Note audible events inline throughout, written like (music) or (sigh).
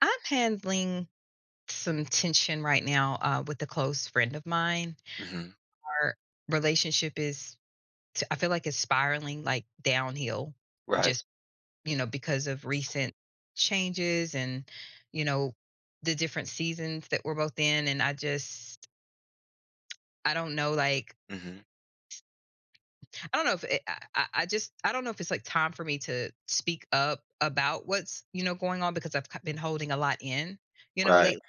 I'm handling some tension right now with a close friend of mine. Mhm. Our relationship is, I feel like it's spiraling like downhill Right. just, because of recent changes and, you know, the different seasons that we're both in. And I just, I don't know, like, Mhm. I don't know if it's like time for me to speak up about what's, going on because I've been holding a lot in, Right, lately,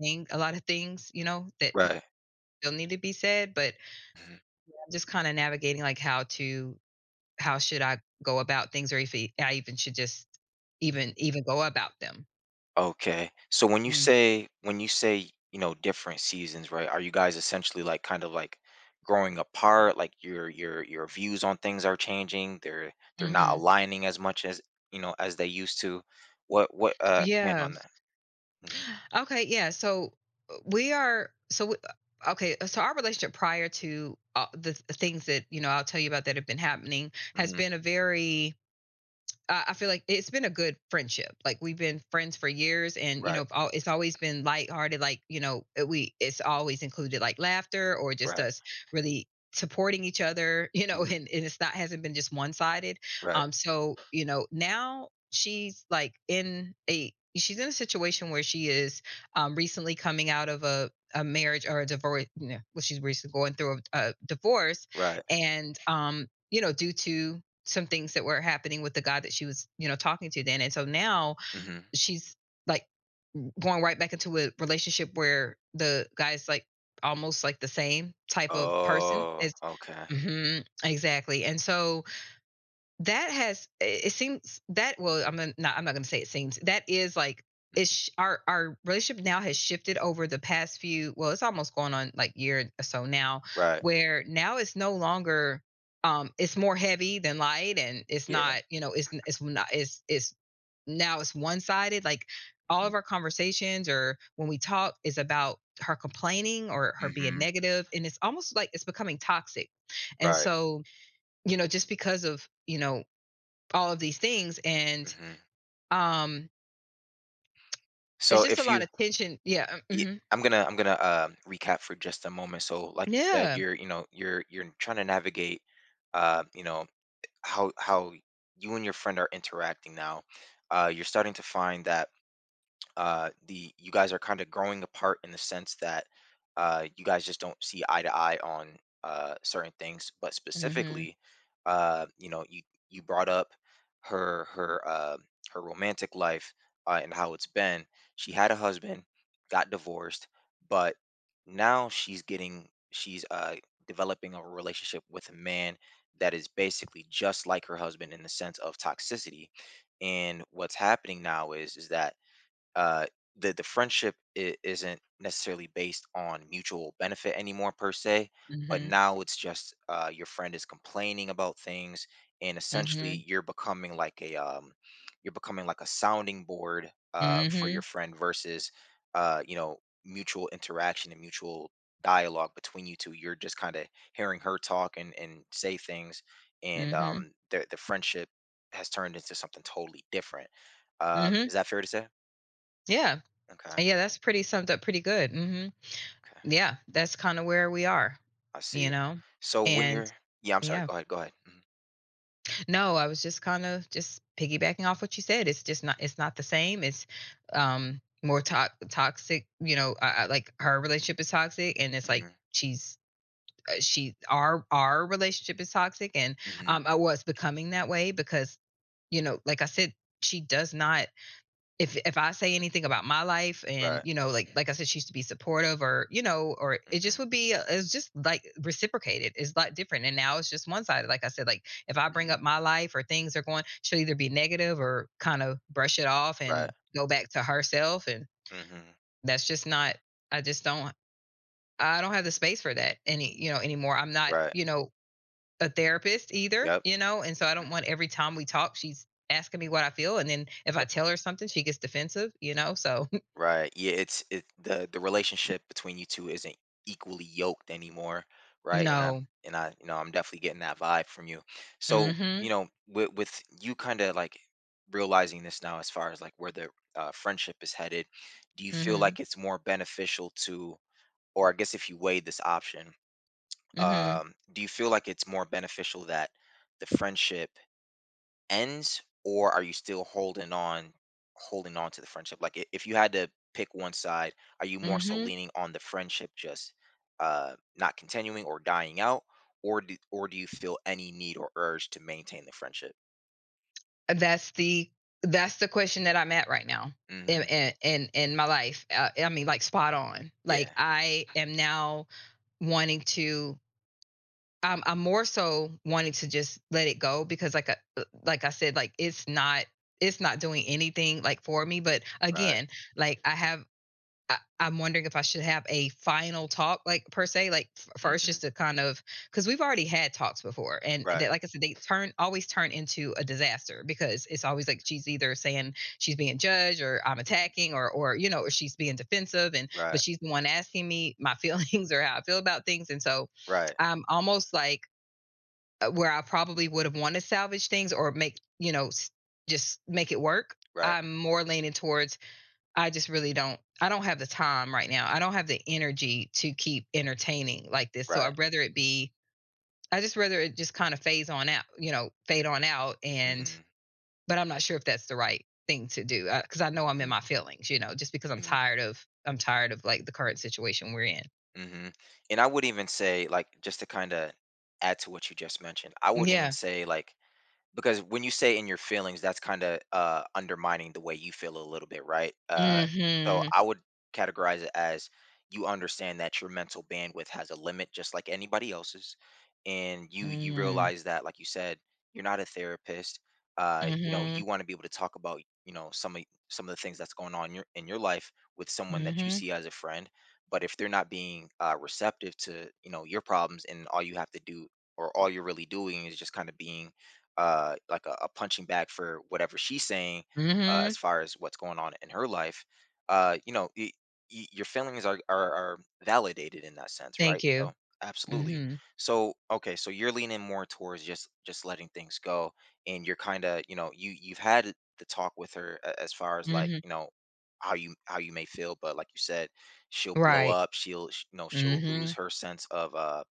a lot of things, that right. still need to be said, but Mhm. just kind of navigating like how should I go about things or if I even should just even go about them. Okay. So when you Mm, say when you say, you know, different seasons, right? Are you guys essentially like kind of like growing apart? Like your views on things are changing. They're not mhm. aligning as much as, as they used to. What Expand Yeah. on that? Mhm. Okay, yeah. So we are so we, okay, so our relationship prior to, the things that, I'll tell you about that have been happening has Mhm. been a very I feel like it's been a good friendship. Like we've been friends for years, and Right, it's always been lighthearted. Like, it- we it's always included like laughter or just right. us really supporting each other. (laughs) You know, Mhm. and, and it's not hasn't been just one sided. Right, So, now she's in a situation where she is, recently coming out of a marriage or a divorce. Well, she's recently going through a divorce, right. and, due to some things that were happening with the guy that she was, talking to then. And so now Mhm. she's like going right back into a relationship where the guy's like almost like the same type of person Oh, as, okay. hmm exactly. And so that has it seems that, well, I'm not gonna say it seems. That is like, Mm-hmm. it's our relationship now has shifted over the past few, well, it's almost going on like year or so now, Right. where now it's no longer it's more heavy than light, and Yeah. It's not it's now it's one-sided. Like all of Mhm. our conversations or when we talk is about her complaining or her being Mhm. negative, and it's almost like it's becoming toxic. And Right. so, just because of, all of these things and, Mhm. um it's So just a if lot you of tension. Yeah, Yeah, mm-hmm. I'm gonna recap for just a moment. So, like you said, Yeah, you're trying to navigate, you know how you and your friend are interacting now. You're starting to find that the you guys are kind of growing apart in the sense that you guys just don't see eye to eye on certain things. But mm-hmm. specifically, uh, you know, you you brought up her her uh, her romantic life, and how it's been. She had a husband, got divorced, but now she's developing a relationship with a man that is basically just like her husband in the sense of toxicity. And what's happening now is that uh, the friendship I isn't necessarily based on mutual benefit anymore per se, but Mm-hmm. now it's just your friend is complaining about things, and Mm-hmm. essentially you're becoming like a sounding board for your Mm-hmm. friend versus uh, you know mutual interaction and mutual dialogue between you two. You're just kind of hearing her talk and say things, and Mm-hmm. the friendship has turned into something totally different. Mm-hmm. Is that fair to say? Yeah. Okay. Yeah, that's pretty summed up pretty good. Mm-hmm. Okay, Yeah, that's kind of where we are, I you see. know So when and you're Yeah, I'm sorry. yeah. Go ahead. Go ahead. Mhm. No, I was just kind of just piggybacking off what you said. It's not the same. It's, more, toxic. Like, her relationship is toxic, and it's like Mhm. she's she our relationship is toxic and, Mhm. Mhm. I was becoming that way because, like I said, she does not, if I say anything about my life and, Right. Like I said, she used to be supportive or, or Mhm. It's just like reciprocated. It's a lot different, and now it's just one sided like I said, like if I bring Mhm. up my life or things are going, she'll either be negative or kind of brush it off Right. and go back to herself, and Mhm. that's just not I just don't I don't have the space for that anymore. I'm not, Right. A therapist either, Yep. And so I don't want Mhm. every time we talk, she's asking me what I feel. And then if I Yep. tell her something, she gets defensive, so. Right. Yeah. It's it the relationship between you two isn't equally yoked anymore. (laughs) Right. And I'm No. and I you know I'm definitely getting that vibe from you. So Mm hmm. with you kind of like realizing this now as far as like where the friendship is headed, do you Mm feel hmm. like it's more beneficial to or I guess if you weighed this option, Mm do you feel like it's more beneficial that the friendship ends, or are you still holding on to the friendship? Like, if you had to pick one side, are you hmm. more Mm so hmm. leaning on the friendship just not continuing or dying out, or do you feel any need or urge to maintain the friendship? That's the, that's the question that I'm at right now, in, Hmm. in, in in my life. I mean, like, spot on. Like, Yeah. I am now wanting to I'm more so wanting to just let it go because, like, like I said, like it's not doing anything like for me. But Right. again, like I'm wondering if I should have a final talk, like per se, like first, just Hmm. to kind of, because we've already had talks before, and Right. that, like I said, they turn always turn into a disaster because it's always like she's either saying she's being judged or I'm Hmm. attacking or you know or she's being defensive, and but Right. she's the one asking me my (laughs) feelings or how I feel about things, and so Right. I'm almost like, where I probably would have wanted to salvage things or make, just make it work. Right. I'm more leaning towards I don't have the time right now. I don't have the energy to keep entertaining like this. So Right. I just rather it just kind of phase on out, fade on out, and Hmm. but I'm not sure if that's the right thing to do because I know I'm in Hmm. my feelings, just because I'm Hmm. tired of I'm tired of like the current situation we're in. Mhm. And I would even say, like, just to kinda add to what you just mentioned, I would even Yeah. say, like, because when you say in your feelings, that's kinda, undermining the way you feel a little bit, right? So Mhm. I would categorize it as you understand that your mental bandwidth has a limit just like anybody else's, and you Mm. realize that, like you said, you're not a therapist. Mhm. You wanna be able to talk about, some of the things that's going on in your life with someone that you Mhm. see as a friend, but if they're not being, receptive to, your problems and all you have to do or all you're really doing is just kinda being like a punching bag for whatever she's saying, as Mhm. far as what's going on in her life, you know, y y your feelings are validated in that sense, right? Thank you. So absolutely. Mhm. So okay, so you're leaning more towards just letting things go, and you're kind of you know you you've had the talk with her as far as like Mhm. how you may feel, but like you said, she'll blow Right. up, you know she'll lose Mhm. her sense of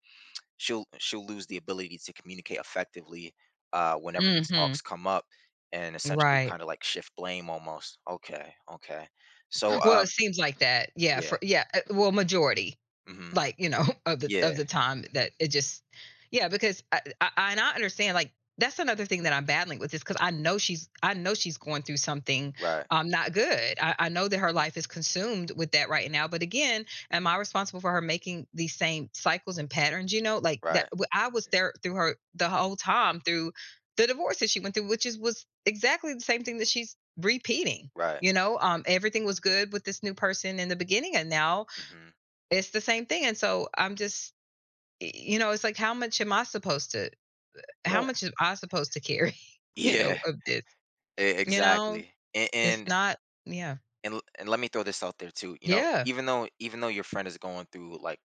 she'll lose the ability to communicate effectively, whenever these Mhm. talks come up, and essentially Right. kind of like shift blame almost. Okay, okay. So Well, it seems like that. Yeah, yeah, for yeah, well, majority. hmm, Like, (laughs) of the of yeah, the time that it just, yeah, because I understand, like, that's another thing that I'm battling with is because I know she's going through something, right, not good. I know that her life is consumed with that right now. But again, am mm-hmm, I responsible for her making these same cycles and patterns? Right, I was there through her the whole time through the divorce that she went through, which is was exactly the same thing that she's repeating. right, Everything was good with this new person in the beginning, and now hmm, it's the same thing, and so I'm just y you know, it's like, how right. (laughs) much am I supposed to carry, (laughs) Yeah, of this? You know? exactly. And, It's and not Yeah. and l- and let me throw this out there too. You know, Yeah. Even though your friend is going through like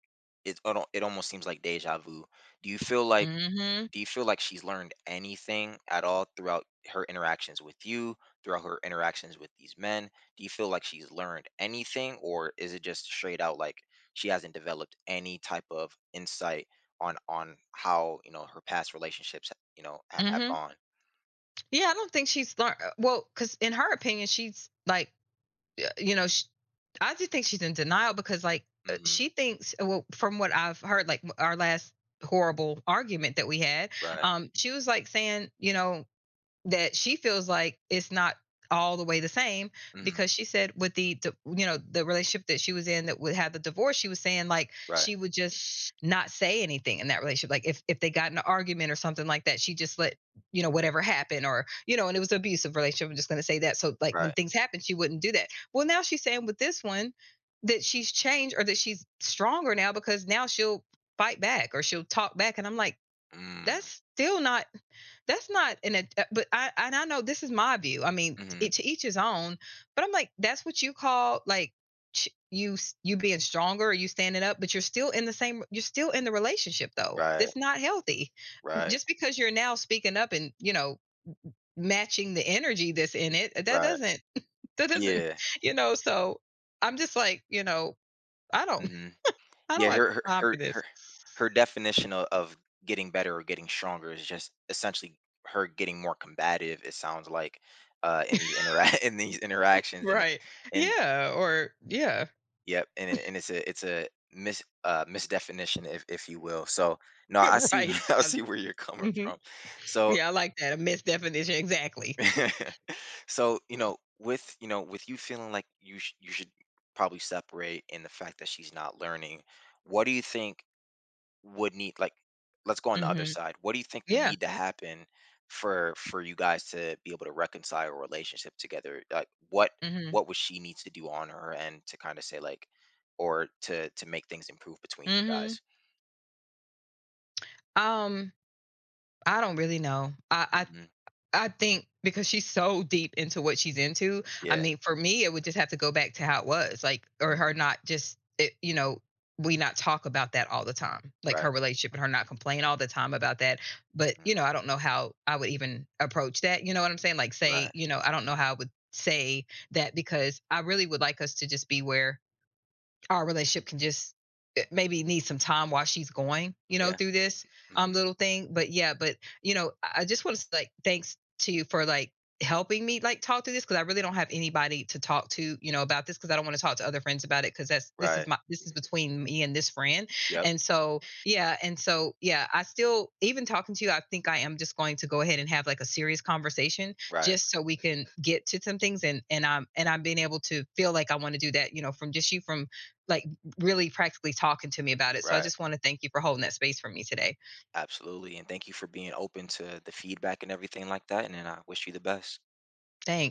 it almost seems like deja vu. Do you feel like Mhm. She's learned anything at all throughout her interactions with you, throughout her interactions with these men? Do you feel like she's learned anything, or is it just straight out like she hasn't developed any type of insight on how her past relationships have Mhm. gone? Yeah, I don't think she's learned, well, because in her opinion, she's like, you know, sh I just think she's in denial because, like, Hmm. she thinks, well, from what I've heard, like, our last horrible argument that we had, Right. She was, like, saying, that she feels like it's not all the way the same Hmm. because she said with the relationship that she was in that would have the divorce, she was saying like Right. she would just not say anything in that relationship. Like, if they got in an argument or something like that, she just let, whatever happened, or, and it was an abusive relationship. I'm just gonna say that. So like when Right. things happen, she wouldn't do that. Well, now she's saying with this one that she's changed or that she's stronger now because now she'll fight back or she'll talk back. And I'm like, Mm-hmm. that's still not that's not but I, and I know this is my view, I mean, Mm-hmm. it, to each his own, but I'm like, that's what you call like you you being stronger or you standing up, but you're still in the same, you're still in the relationship, though. Right. That's not healthy. Right. Just because you're now speaking up and, matching the energy that's in it, that Right. doesn't, (laughs) that doesn't, Yeah. So I'm just like, I don't, Hmm. (laughs) I Yeah. don't have her her time for her this. her her definition of getting better or getting stronger is just essentially her getting more combative. It sounds like (laughs) in these interactions, Right, and yeah, or yeah. yep, and it's a misdefinition, if you will. So no, I (laughs) see Right. (laughs) I see where you're coming Mhm. from. So Yeah, I like that, a misdefinition, exactly. (laughs) so with you feeling like you should probably separate and the fact that she's not learning. What do you think? Would need like Let's go on the other Mhm. side. What do you think would Yeah. need to happen for you guys to be able to reconcile a relationship together? Like what Mhm. what would she need to do on her end to kind of say like or to make things improve between you Mhm. guys? Um, I don't really know. Hmm. I think because she's so deep into what she's into, I Yeah. mean, for me, it would just have to go back to how it was, like or her Hmm. not just it you know, we not talk about that all the time, like Right. her relationship and her not complain all the time about that, but, Mm. I don't know how I would even approach that, you know what I'm saying? Like, say, Right. I don't know how I would say that because I really would like us to just be where our relationship can just, maybe need some time while she's going, Yeah. through this, Hmm. little thing. But yeah, but, I just want to, like, thanks to you for like helping me like talk through this because I really don't have anybody to talk to, about this because I don't want to talk to other friends about it because that's this is Right. my this is between me and this friend. Yep. And so yeah, I still, even talking to you, I think I am just going to go ahead and have like a serious conversation Right. just so we can get to some things and and I'm being able to feel like I want to do that, from just you from like really practically talking to me about it. So I Right. just want to thank you for holding that space for me today. Absolutely. And thank you for being open to the feedback and everything like that. And then I wish you the best. Thanks.